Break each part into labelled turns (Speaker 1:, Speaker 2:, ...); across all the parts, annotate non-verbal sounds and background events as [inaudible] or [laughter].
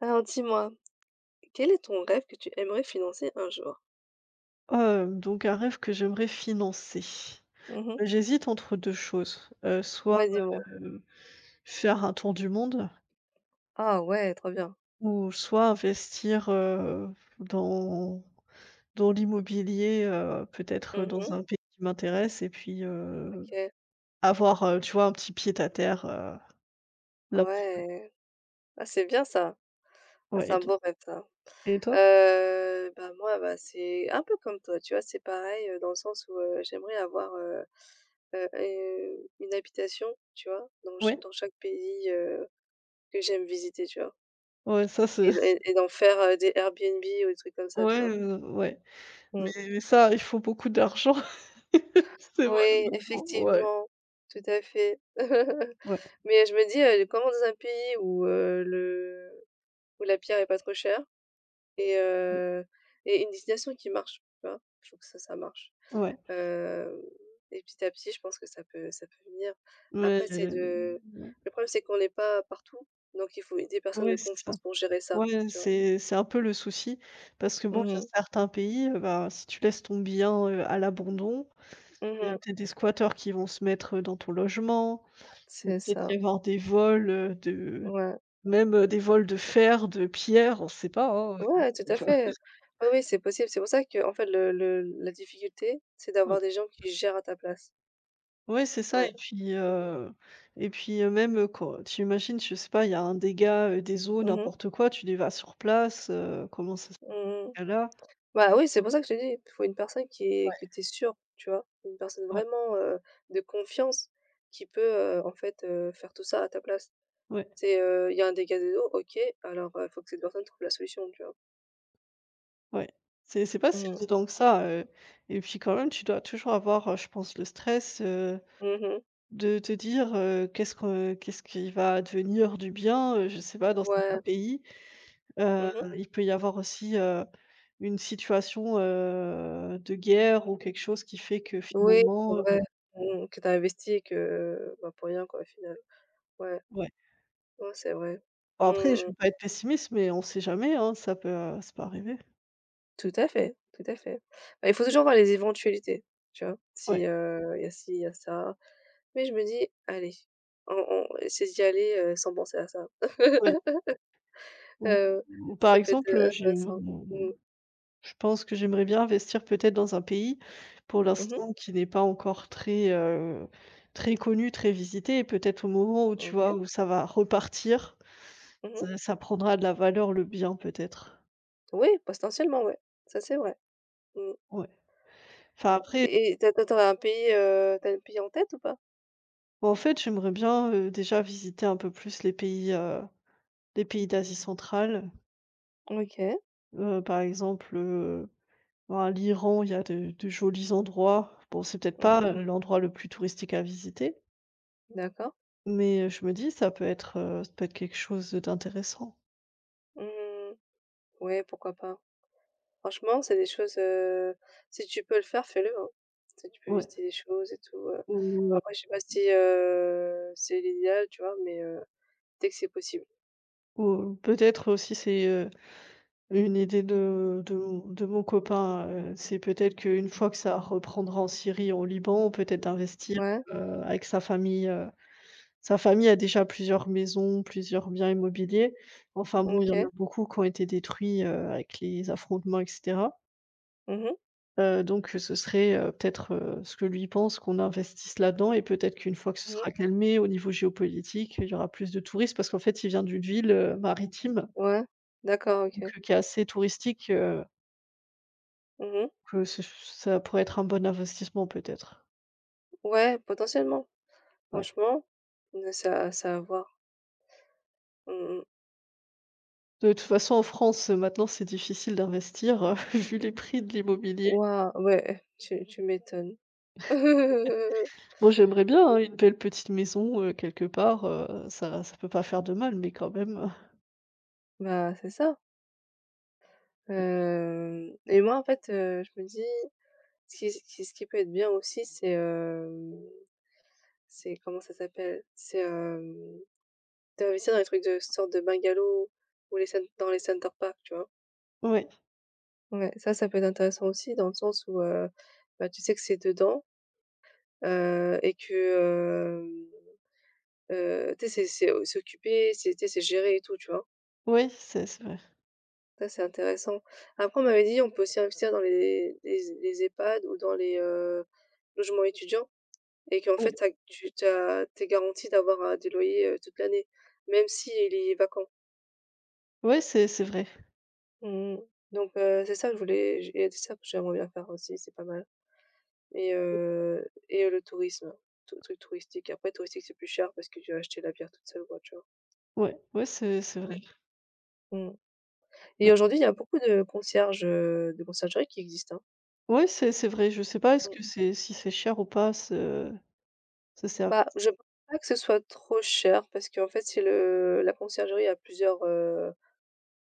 Speaker 1: Alors dis-moi, quel est ton rêve que tu aimerais financer un jour?
Speaker 2: Donc un rêve que j'aimerais financer.
Speaker 1: Mhm.
Speaker 2: Bah, j'hésite entre 2 choses, soit,
Speaker 1: Ouais, dis-moi.
Speaker 2: heu, faire un tour du monde
Speaker 1: Ah ouais, trop bien.
Speaker 2: ou soit investir, dans dans l'immobilier, peut-être dans
Speaker 1: Mhm.
Speaker 2: un pays qui m'intéresse et puis,
Speaker 1: OK.
Speaker 2: avoir, tu vois, un petit pied à terre, là.
Speaker 1: Ouais. Ah, c'est bien ça. Ah,
Speaker 2: Ouais
Speaker 1: c'est un beau rêve ça.
Speaker 2: et toi?
Speaker 1: Bah moi, bah, c'est un peu comme toi, tu vois, c'est pareil, dans le sens où j'aimerais avoir une habitation, tu vois, dans, ch-
Speaker 2: Ouais?
Speaker 1: dans chaque pays, que j'aime visiter, tu vois.
Speaker 2: Ouais, ça c'est
Speaker 1: Et, d-
Speaker 2: [laughs]
Speaker 1: et- et d'en faire des Airbnb ou des trucs comme ça,
Speaker 2: ouais,
Speaker 1: tu
Speaker 2: ouais, mais
Speaker 1: vois.
Speaker 2: mais ça, il faut beaucoup d'argent. [laughs] C'est
Speaker 1: Oui,
Speaker 2: malheureusement ouais,
Speaker 1: effectivement, tout à fait. [laughs]
Speaker 2: ouais,
Speaker 1: Mais je me dis, comment dans un pays où, le où la pierre est pas trop chère et
Speaker 2: ouais,
Speaker 1: heu et une destination qui marche, tu vois? Je trouve que ça marche.
Speaker 2: ouais,
Speaker 1: Heu et petit à petit, je pense que ça peut venir.
Speaker 2: mais
Speaker 1: Après, c'est de
Speaker 2: ouais.
Speaker 1: le problème, c'est qu'on n'est pas partout, donc il faut des personnes de
Speaker 2: Ouais, c'est ça.
Speaker 1: confiance pour gérer ça,
Speaker 2: Ouais,
Speaker 1: tu vois?
Speaker 2: c'est un peu le souci parce que, bon,
Speaker 1: Mmh
Speaker 2: il y a
Speaker 1: mh.
Speaker 2: certains pays, bah, si tu laisses ton bien, à l'abandon, il y a
Speaker 1: Mmh.
Speaker 2: peut-être des squatteurs qui vont se mettre, dans ton logement. Il
Speaker 1: C'est
Speaker 2: peut-être y
Speaker 1: ça,
Speaker 2: avoir des vols, de
Speaker 1: ouais.
Speaker 2: même, des vols de fer, de pierre on sait pas, hein.
Speaker 1: Ouais, tout à
Speaker 2: [laughs]
Speaker 1: fait. Oui, oui, c'est possible. C'est pour ça que en fait, le la difficulté, c'est
Speaker 2: Ouais.
Speaker 1: d'avoir des gens qui gèrent à ta place.
Speaker 2: Ouais, c'est ça
Speaker 1: Ouais, mmh.
Speaker 2: et puis, même, quand tu imagines, je sais pas, il y a un dégât, des eaux,
Speaker 1: Mmh mh.
Speaker 2: n'importe quoi, tu les vas sur place, comment ça se
Speaker 1: Mmh.
Speaker 2: fait là?
Speaker 1: Bah, oui, c'est pour ça que je te dis, il faut une personne qui est que tu es sûre, tu vois? Une personne
Speaker 2: Ouais,
Speaker 1: vraiment, de confiance qui peut, en fait, faire tout ça à ta place.
Speaker 2: ouais.
Speaker 1: Il y a un dégât des eaux, OK, alors, il faut que cette personne trouve la solution, tu vois?
Speaker 2: Ouais, c'est pas si
Speaker 1: Mmh.
Speaker 2: évident que ça, et puis quand même, tu dois toujours avoir, je pense, le stress,
Speaker 1: Mmh.
Speaker 2: de te dire: «Qu'est-ce qui va devenir du bien?» Je sais pas, dans certains
Speaker 1: Ouais.
Speaker 2: pays, heu,
Speaker 1: Mhm.
Speaker 2: il peut y avoir aussi, une situation, de guerre ou quelque chose qui fait que
Speaker 1: Oui, c'est
Speaker 2: finalement,
Speaker 1: vrai. Mmh, que t'as investi et que, bah, pour rien quoi, au final. Ouais.
Speaker 2: ouais.
Speaker 1: Ouais, c'est vrai.
Speaker 2: Bon après, je
Speaker 1: Mmh.
Speaker 2: veux pas être pessimiste, mais on sait jamais, hein, ça peut arriver.
Speaker 1: Tout à fait, tout à fait. Bah, il faut toujours voir les éventualités, tu vois? Si,
Speaker 2: Ouais,
Speaker 1: il y a ci, il y a ça. Mais je me dis: «Allez, on c'est d'y aller, sans penser à ça».
Speaker 2: ouais. Ou
Speaker 1: Heu,
Speaker 2: ou par
Speaker 1: ça peut être,
Speaker 2: exemple, j'ai une,
Speaker 1: intéressant. Mmh.
Speaker 2: je pense que j'aimerais bien investir peut-être dans un pays, pour
Speaker 1: Mmh.
Speaker 2: l'instant, qui n'est pas encore très, très connu, très visité et peut-être au moment où, tu vois,
Speaker 1: OK.
Speaker 2: où ça va repartir,
Speaker 1: Mmh.
Speaker 2: ça prendra de la valeur, le bien, peut-être.
Speaker 1: Oui, potentiellement, ouais. Ça, c'est vrai. Mmh,
Speaker 2: Ouais. Enfin,
Speaker 1: ouais.
Speaker 2: après,
Speaker 1: Et t'as toi, un pays en tête ou pas?
Speaker 2: bon, en fait, j'aimerais bien, déjà visiter un peu plus les pays d'Asie centrale,
Speaker 1: OK.
Speaker 2: par exemple, ben, l'Iran, il y a de jolis endroits. Bon, c'est peut-être pas
Speaker 1: Mmh.
Speaker 2: l'endroit le plus touristique à visiter.
Speaker 1: D'accord.
Speaker 2: Mais je me dis ça peut être quelque chose d'intéressant.
Speaker 1: Mmh. Ouais, pourquoi pas. Franchement, c'est des choses, si tu peux le faire, fais-le, hein. Tu peux
Speaker 2: Ouais.
Speaker 1: visiter des choses et tout.
Speaker 2: Ou
Speaker 1: Après, je sais pas si, c'est l'idéal, tu vois? Mais, dès que c'est possible.
Speaker 2: ou peut-être aussi c'est, une idée de mon copain, c'est peut-être qu'une fois que ça reprendra en Syrie, au Liban, peut-être d'investir,
Speaker 1: Ouais,
Speaker 2: avec sa famille a déjà plusieurs maisons, plusieurs biens immobiliers. Enfin bon, il y en
Speaker 1: OK.
Speaker 2: a beaucoup qui ont été détruits, avec les affrontements etc.
Speaker 1: Mmh mh.
Speaker 2: Donc ce serait, peut-être, ce que lui pense qu'on investisse là-dedans et peut-être qu'une fois que ce
Speaker 1: Mmh.
Speaker 2: sera calmé au niveau géopolitique, il y aura plus de touristes parce qu'en fait, il vient d'une ville, maritime
Speaker 1: Ouais, d'accord,
Speaker 2: donc
Speaker 1: OK.
Speaker 2: qui est assez touristique,
Speaker 1: Mmh.
Speaker 2: que ce ça pourrait être un bon investissement peut-être.
Speaker 1: Ouais, potentiellement.
Speaker 2: Ouais.
Speaker 1: Franchement, ça à voir. Mmh mh.
Speaker 2: De toute façon en France, maintenant c'est difficile d'investir, [laughs] vu les prix de l'immobilier.
Speaker 1: Ouais, tu m'étonnes. [laughs]
Speaker 2: Moi j'aimerais bien, hein, une belle petite maison, quelque part, ça peut pas faire de mal mais quand même.
Speaker 1: Bah, c'est ça, hem et moi, en fait, je me dis, ce qui ce qui peut être bien aussi, C'est comment ça s'appelle? C'est, d'investir dans les trucs de sorte de bungalows ou les cen dans les center parcs, tu vois?
Speaker 2: Oui,
Speaker 1: Ouais, ça peut être intéressant aussi dans le sens où, bah, tu sais que c'est dedans, et que, tu sais, c'est occupé, c'est tu sais, c'est géré et tout, tu vois?
Speaker 2: oui, c'est vrai.
Speaker 1: Ça, c'est intéressant. Après, on m'avait dit, on peut aussi investir dans les EHPAD ou dans les, logements étudiants et qu'en fait,
Speaker 2: Oui.
Speaker 1: t'as as tu tu as garanti d'avoir, des loyers, toute l'année, même s'il est vacant.
Speaker 2: Ouais, c'est vrai.
Speaker 1: Mmh. Donc c'est ça que je voulais j et c'est ça que j'aimerais bien faire aussi, c'est pas mal et le tourisme, tout le truc touristique. Après touristique, c'est plus cher parce que tu vas acheter la bière toute seule, quoi, tu vois?
Speaker 2: Ouais, ouais, c'est
Speaker 1: Ouais.
Speaker 2: vrai.
Speaker 1: Mmh.
Speaker 2: Ouais,
Speaker 1: Et aujourd'hui, il y a beaucoup de conciergeries qui existent, hein.
Speaker 2: ouais, c'est vrai. Je sais pas, est-ce
Speaker 1: Mmh.
Speaker 2: que c'est si c'est cher ou pas ce ce serv
Speaker 1: Bah, je pense pas que ce soit trop cher parce qu'en fait, si le la conciergerie a plusieurs,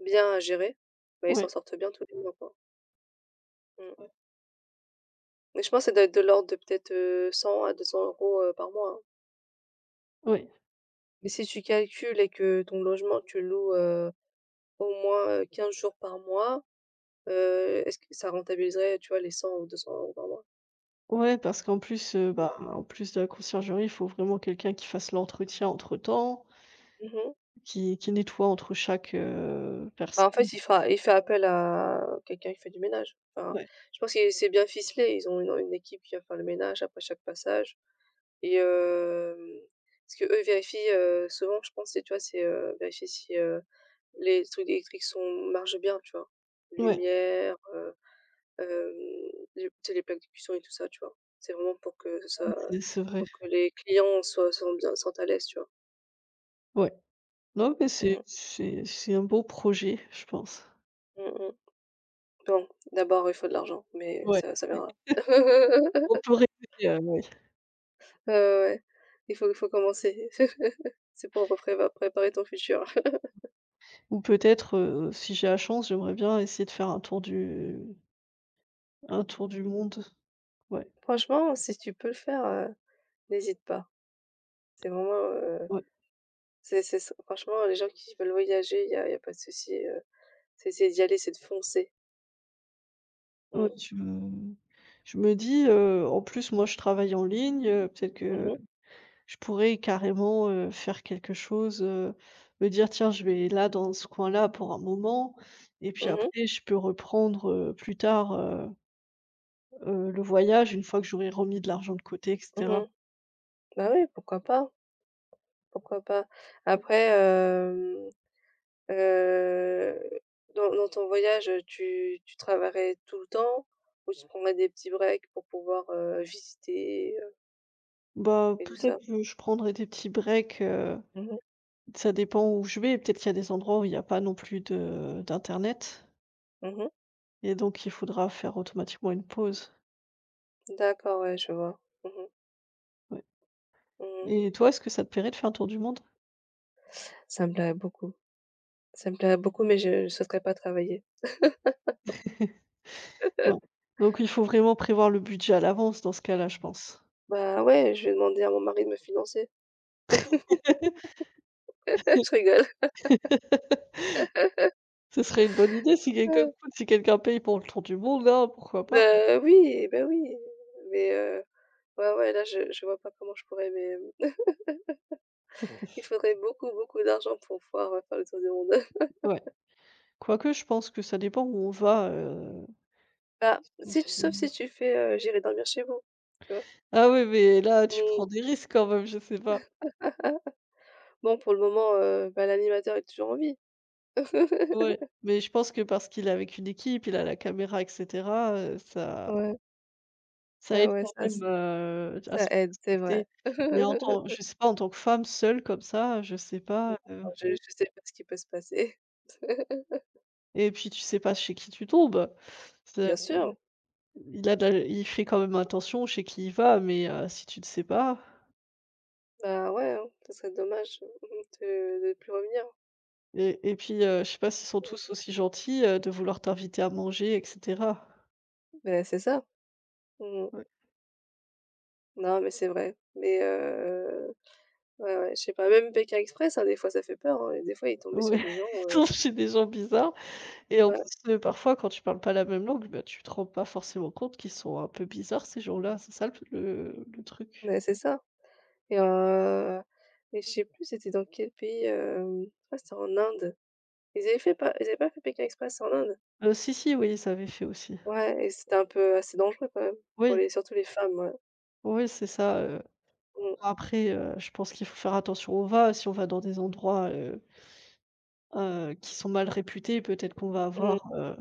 Speaker 1: biens à gérer, bah, ils s'en
Speaker 2: ouais,
Speaker 1: sortent bien tous les mois, quoi. Mmh.
Speaker 2: ouais,
Speaker 1: Mais je pense que ça doit être de l'ordre de peut-être, 100 à 200 € , par mois, hein.
Speaker 2: ouais,
Speaker 1: Mais si tu calcules et que ton logement, tu le loues, au moins, 15 jours par mois, est-ce que ça rentabiliserait, tu vois, les 100 ou 200 € par mois?
Speaker 2: ouais, parce qu'en plus, bah, en plus de la conciergerie, il faut vraiment quelqu'un qui fasse l'entretien entre-temps,
Speaker 1: Mmh.
Speaker 2: qui nettoie entre chaque,
Speaker 1: Bah, en
Speaker 2: personne.
Speaker 1: fait, il fait appel à quelqu'un qui fait du ménage. Enfin,
Speaker 2: Ouais,
Speaker 1: je pense que c'est bien ficelé. Ils ont une équipe qui va faire le ménage après chaque passage et ce que eux vérifient, souvent, je pense, c'est, tu vois, c'est, vérifier si, les trucs électriques sont marchent bien, tu vois?
Speaker 2: ouais,
Speaker 1: Lumière. Hem, J'écoutais les plaques de cuisson et tout ça, tu vois? C'est vraiment
Speaker 2: c'est vrai.
Speaker 1: pour que les clients soient sont bien se sentent à l'aise, tu vois?
Speaker 2: Ouais. Non, mais c'est
Speaker 1: Mmh.
Speaker 2: c'est c'est un beau projet, je pense.
Speaker 1: Mmh mh. Bon, d'abord, il faut de l'argent, mais
Speaker 2: Ouais,
Speaker 1: ça ça viendra.
Speaker 2: on
Speaker 1: [laughs]
Speaker 2: peut rêver, oui.
Speaker 1: Ouais, ouais, ouais. Il faut commencer. [laughs] C'est pour préparer ton futur. [laughs]
Speaker 2: Ou peut-être, si j'ai la chance, j'aimerais bien essayer de faire un tour du monde. Ouais,
Speaker 1: Franchement, si tu peux le faire, n'hésite pas. C'est vraiment,
Speaker 2: ouais.
Speaker 1: c'est s franchement, les gens qui veulent voyager, il y a pas de souci, c'est d'y aller, c'est de foncer. Mmh.
Speaker 2: Ouais, je me dis, en plus moi je travaille en ligne, peut-être
Speaker 1: Mmh mh.
Speaker 2: que je pourrais carrément, faire quelque chose, me dire: «Tiens, je vais là dans ce coin-là pour un moment et puis
Speaker 1: Mmh.
Speaker 2: après je peux reprendre, plus tard, le voyage une fois que j'aurai remis de l'argent de côté» et cetera.
Speaker 1: Mmh. Bah, oui, pourquoi pas? Pourquoi pas? Après, heu, dans ton voyage, tu travaillerais tout le temps ou tu prendrais des petits breaks pour pouvoir, visiter,
Speaker 2: Bah,
Speaker 1: et tout ça?
Speaker 2: peut-être que je prendrai des petits breaks,
Speaker 1: Mmh mh.
Speaker 2: ça dépend où je vais, peut-être qu'il y a des endroits où il n'y a pas non plus de d'internet
Speaker 1: Mmh.
Speaker 2: et donc il faudra faire automatiquement une pause.
Speaker 1: D'accord, ouais, je vois. Mmh mh. Mmh.
Speaker 2: Et toi, est-ce que ça te plairait de faire un tour du monde?
Speaker 1: Ça me plairait beaucoup. Ça me plairait beaucoup, mais je ne souhaiterais pas travailler.
Speaker 2: [laughs] Ouais. Donc il faut vraiment prévoir le budget à l'avance dans ce cas-là, je pense.
Speaker 1: Bah, ouais, je vais demander à mon mari de me financer.
Speaker 2: [laughs]
Speaker 1: [laughs] Je rigole.
Speaker 2: Ce serait une bonne idée si quelqu'un
Speaker 1: Heu
Speaker 2: coûte si quelqu'un paye pour le tour du monde, hein, pourquoi pas?
Speaker 1: Bah, oui, mais ouais, ouais, là, je vois pas comment je pourrais, mais mmh, il faudrait beaucoup, beaucoup d'argent pour pouvoir, faire le tour du monde. [laughs]
Speaker 2: Ouais. Quoique je pense que ça dépend où on va,
Speaker 1: Bah, si tu sauf si tu fais, «J'irai dormir chez vous», tu vois?
Speaker 2: ah oui, mais là, tu
Speaker 1: Mmh,
Speaker 2: prends des risques quand même, je sais pas.
Speaker 1: bon pour le moment, bah, l'animateur est toujours en vie.
Speaker 2: Ouais,
Speaker 1: [laughs]
Speaker 2: mais je pense que parce qu'il est avec une équipe, il a la caméra et cetera,
Speaker 1: Ouais,
Speaker 2: ça
Speaker 1: ouais,
Speaker 2: aide
Speaker 1: ouais,
Speaker 2: quand
Speaker 1: ça
Speaker 2: même,
Speaker 1: ç
Speaker 2: à
Speaker 1: ça
Speaker 2: se
Speaker 1: aide, c'est vrai.
Speaker 2: respecter. Mais en tant
Speaker 1: [laughs]
Speaker 2: je sais pas, en tant que femme seule comme ça, je sais pas,
Speaker 1: Non, je sais pas ce qui peut se passer. [laughs]
Speaker 2: et puis tu sais pas chez qui tu tombes. C'est
Speaker 1: Bien sûr,
Speaker 2: il a de la Il fait quand même attention chez qui il va, mais si tu le sais pas
Speaker 1: bah, ouais, hein, ce serait dommage, mmh, de plus revenir.
Speaker 2: et puis, je sais pas s'ils sont
Speaker 1: Mmh.
Speaker 2: tous aussi gentils, de vouloir t'inviter à manger et cetera.
Speaker 1: Beh, c'est ça. Mmh.
Speaker 2: Ouais.
Speaker 1: Non, mais c'est vrai, mais ouais, ouais, je sais pas, même Pékin Express, hein, des fois ça fait peur, hein et des fois il est tombé sur
Speaker 2: Ouais,
Speaker 1: des gens,
Speaker 2: [laughs] ils tombent chez des gens bizarres et en
Speaker 1: Ouais,
Speaker 2: plus, parfois quand tu parles pas la même langue, bah, tu te rends pas forcément compte qu'ils sont un peu bizarres ces gens-là. C'est ça le p le truc.
Speaker 1: mais c'est ça. Et heu et je sais plus c'était dans quel pays, je crois que c'était en Inde. Ils avaient pas fait Pékin Express en Inde?
Speaker 2: Si, si, oui, ça avait fait aussi.
Speaker 1: Ouais et c'était un peu assez dangereux quand même pour
Speaker 2: Oui,
Speaker 1: les surtout les femmes, ouais.
Speaker 2: oui, c'est ça,
Speaker 1: Mmh.
Speaker 2: après, je pense qu'il faut faire attention où on va. Si on va dans des endroits, qui sont mal réputés, peut-être qu'on va
Speaker 1: Mmh.
Speaker 2: avoir,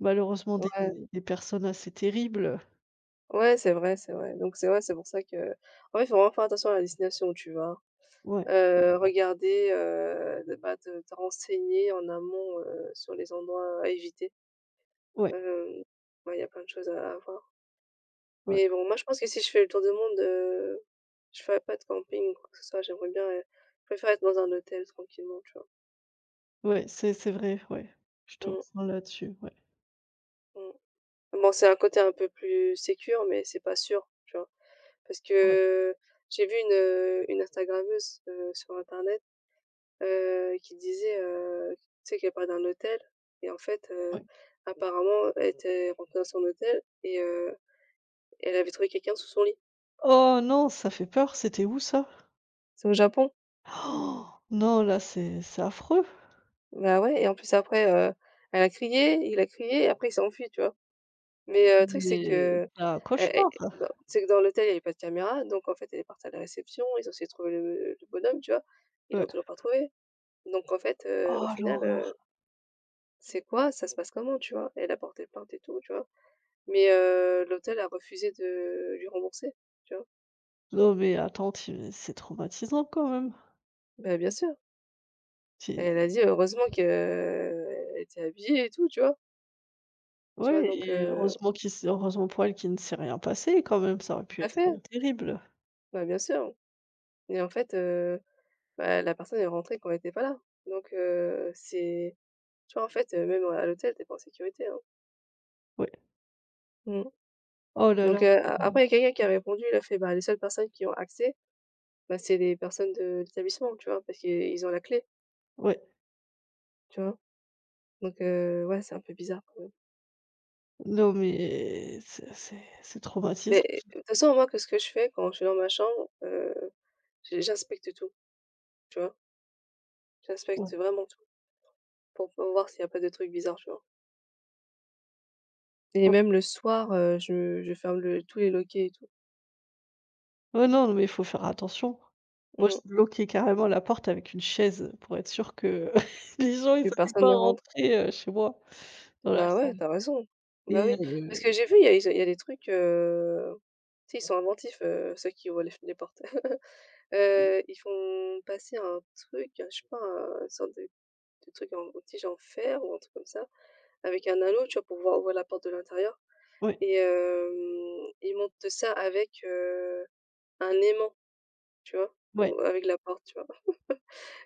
Speaker 2: malheureusement des
Speaker 1: Ouais.
Speaker 2: des personnes assez terribles.
Speaker 1: Ouais, c'est vrai, c'est vrai. Donc c'est vrai, c'est pour ça que en fait, faut vraiment faire attention à la destination où tu vas.
Speaker 2: Ouais,
Speaker 1: Regarder, de bah, te renseigner en amont, sur les endroits à éviter.
Speaker 2: ouais,
Speaker 1: Hem, ouais, il y a plein de choses à voir.
Speaker 2: ouais,
Speaker 1: Mais bon, moi je pense que si je fais le tour du monde, je ferai pas de camping ou quoi que ce soit. J'aimerais bien, je préfère être dans un hôtel tranquillement, tu vois?
Speaker 2: ouais, c'est vrai, ouais. Je te
Speaker 1: Mmh,
Speaker 2: rejoins là-dessus, ouais,
Speaker 1: mmh. Bon, c'est un côté un peu plus sécure, mais c'est pas sûr, tu vois? Parce
Speaker 2: ouais,
Speaker 1: que j'ai vu une Instagrammeuse, sur internet, qui disait, tu sais, qu'elle parlait d'un hôtel et en fait,
Speaker 2: ouais.
Speaker 1: apparemment, elle était rentrée dans son hôtel et elle avait trouvé quelqu'un sous son lit.
Speaker 2: Oh non, ça fait peur, c'était où ça?
Speaker 1: C'est au Japon.
Speaker 2: [gasps] Non, là, c'est affreux.
Speaker 1: Bah, ouais et en plus après, elle a crié, il a crié et après il s'est enfui, tu vois? Mais, le truc c'est
Speaker 2: Mais
Speaker 1: que,
Speaker 2: c'est un cauchemar, ça.
Speaker 1: dans c'est que dans l'hôtel, il y avait pas de caméra donc en fait, elle est partie à la réception, ils ont essayé de trouver le bonhomme, tu vois? Ils
Speaker 2: Ouais.
Speaker 1: l'ont toujours pas trouvé. Donc en fait, au
Speaker 2: Oh
Speaker 1: final,
Speaker 2: l'horreur!
Speaker 1: c'est quoi? Ça se passe comment, tu vois? Elle a porté plainte et tout, tu vois? Mais, l'hôtel a refusé de lui rembourser, tu vois?
Speaker 2: Non mais attends, tu c'est traumatisant quand même.
Speaker 1: Bah, bien sûr,
Speaker 2: C'est
Speaker 1: elle a dit: «Heureusement qu'elle était habillée et tout», tu vois? Tu vois?
Speaker 2: Ouais
Speaker 1: Donc,
Speaker 2: et heureusement qu'il s'est heureusement pour elle qu'il ne s'est rien passé quand même, ça aurait
Speaker 1: tout
Speaker 2: pu
Speaker 1: à
Speaker 2: être,
Speaker 1: fait,
Speaker 2: terrible.
Speaker 1: bah, bien sûr et en fait, bah, la personne est rentrée quand elle était pas là. Donc c'est tu vois, en fait, même à l'hôtel, t'es pas en sécurité, hein.
Speaker 2: Ouais.
Speaker 1: Mmh.
Speaker 2: Oh là
Speaker 1: Donc
Speaker 2: là.
Speaker 1: a après, il y a quelqu'un qui a répondu, il a fait: «Bah, les seules personnes qui ont accès, bah, c'est les personnes de l'établissement», tu vois? Parce qu'ils ont la clé,
Speaker 2: Ouais.
Speaker 1: tu vois? Donc ouais, c'est un peu bizarre quand même.
Speaker 2: Non mais c'est traumatisant.
Speaker 1: Mais de toute façon, moi, que ce que je fais quand je suis dans ma chambre, j'inspecte tout, tu vois?
Speaker 2: Ouais,
Speaker 1: J'inspecte vraiment tout pour voir s'il y a pas de trucs bizarres, tu vois? Et
Speaker 2: ouais.
Speaker 1: même le soir, je ferme le tous les loquets et tout.
Speaker 2: Ouais, non mais il faut faire attention. Moi,
Speaker 1: Mmh.
Speaker 2: je bloquais carrément la porte avec une chaise pour être sûr que [laughs] les gens, ils
Speaker 1: Que
Speaker 2: allaient
Speaker 1: personne
Speaker 2: pas
Speaker 1: ne rentre.
Speaker 2: rentrer, chez moi dans la
Speaker 1: Bah, ouais,
Speaker 2: chambre
Speaker 1: t'as raison. Bah,
Speaker 2: et
Speaker 1: oui, parce que j'ai vu, il y a des trucs, tu sais, ils sont inventifs, ceux qui ouvrent les portes. [laughs] Ils font passer un truc, je sais pas, un une sorte de truc en tige en fer ou un truc comme ça, avec un anneau, tu vois, pour pouvoir ouvrir la porte de l'intérieur
Speaker 2: ouais,
Speaker 1: et ils montent ça avec, un aimant, tu vois?
Speaker 2: ouais,
Speaker 1: Ou avec la porte, tu vois?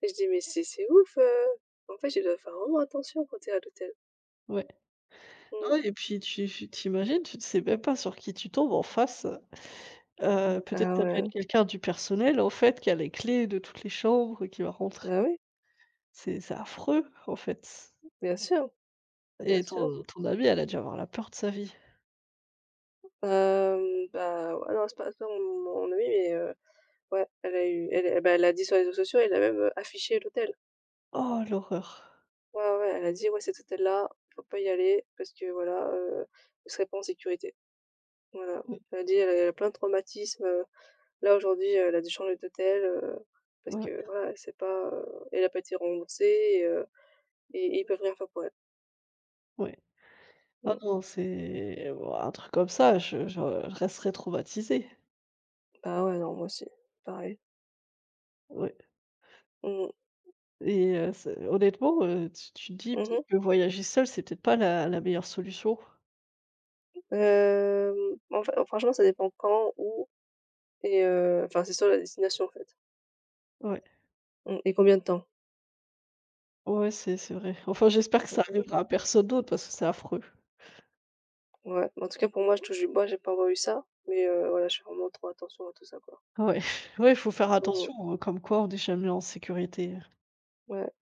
Speaker 1: Et je dis: «Mais c'est ouf!» En fait, je dois faire vraiment attention quand tu es à l'hôtel.
Speaker 2: ouais.
Speaker 1: Mmh.
Speaker 2: Ouais et puis tu t'imagines, tu ne sais même pas sur qui tu tombes en face. Peut-être
Speaker 1: Ah
Speaker 2: ça peut être
Speaker 1: ouais,
Speaker 2: quelqu'un du personnel, en fait, qui a les clés de toutes les chambres, qui va rentrer.
Speaker 1: bah, oui,
Speaker 2: C'est affreux, en fait
Speaker 1: bien sûr, bien
Speaker 2: et
Speaker 1: sûr.
Speaker 2: ton amie, elle a dû avoir la peur de sa vie.
Speaker 1: Bah, ouais, non, c'est pas mon amie, mais ouais, elle a eu elle et bah, elle a dit sur les réseaux sociaux, elle a même, affiché l'hôtel.
Speaker 2: Oh l'horreur.
Speaker 1: Ouais, ouais, ouais, elle a dit: «Ouais, cet hôtel-là, faut pas y aller parce que voilà, vous serez pas en sécurité». Voilà.
Speaker 2: Oui,
Speaker 1: Elle a dit elle a, elle a plein de traumatismes, là, aujourd'hui, elle a dû changer d'hôtel, parce
Speaker 2: ouais,
Speaker 1: que voilà, elle sait pas, elle a pas été remboursée et heu et ils peuvent rien faire pour elle.
Speaker 2: ouais. Ah
Speaker 1: Mmh.
Speaker 2: non, c'est ouah, un truc comme ça, je resterais traumatisée.
Speaker 1: Bah, ouais, non, moi aussi, pareil.
Speaker 2: Ouais
Speaker 1: Mmh mh.
Speaker 2: et c'est honnêtement, tu te dis peut-être
Speaker 1: Mmh.
Speaker 2: que voyager seul, c'est peut-être pas la meilleure solution.
Speaker 1: En fait, franchement, ça dépend quand, où. Enfin, c'est sur la destination, en fait.
Speaker 2: Ouais.
Speaker 1: Mmh. Et combien de temps?
Speaker 2: Ouais, c'est vrai. Enfin, j'espère que ça
Speaker 1: Mm,
Speaker 2: arrivera à personne d'autre parce que c'est affreux.
Speaker 1: ouais, en tout cas, pour moi, je touche du bois, j'ai pas encore eu ça, mais voilà, je fais vraiment trop attention à tout ça, quoi.
Speaker 2: Ouais, [laughs] ouais, il faut faire
Speaker 1: Mmh,
Speaker 2: attention, comme quoi on n'est jamais en sécurité. Hein.
Speaker 1: ouais.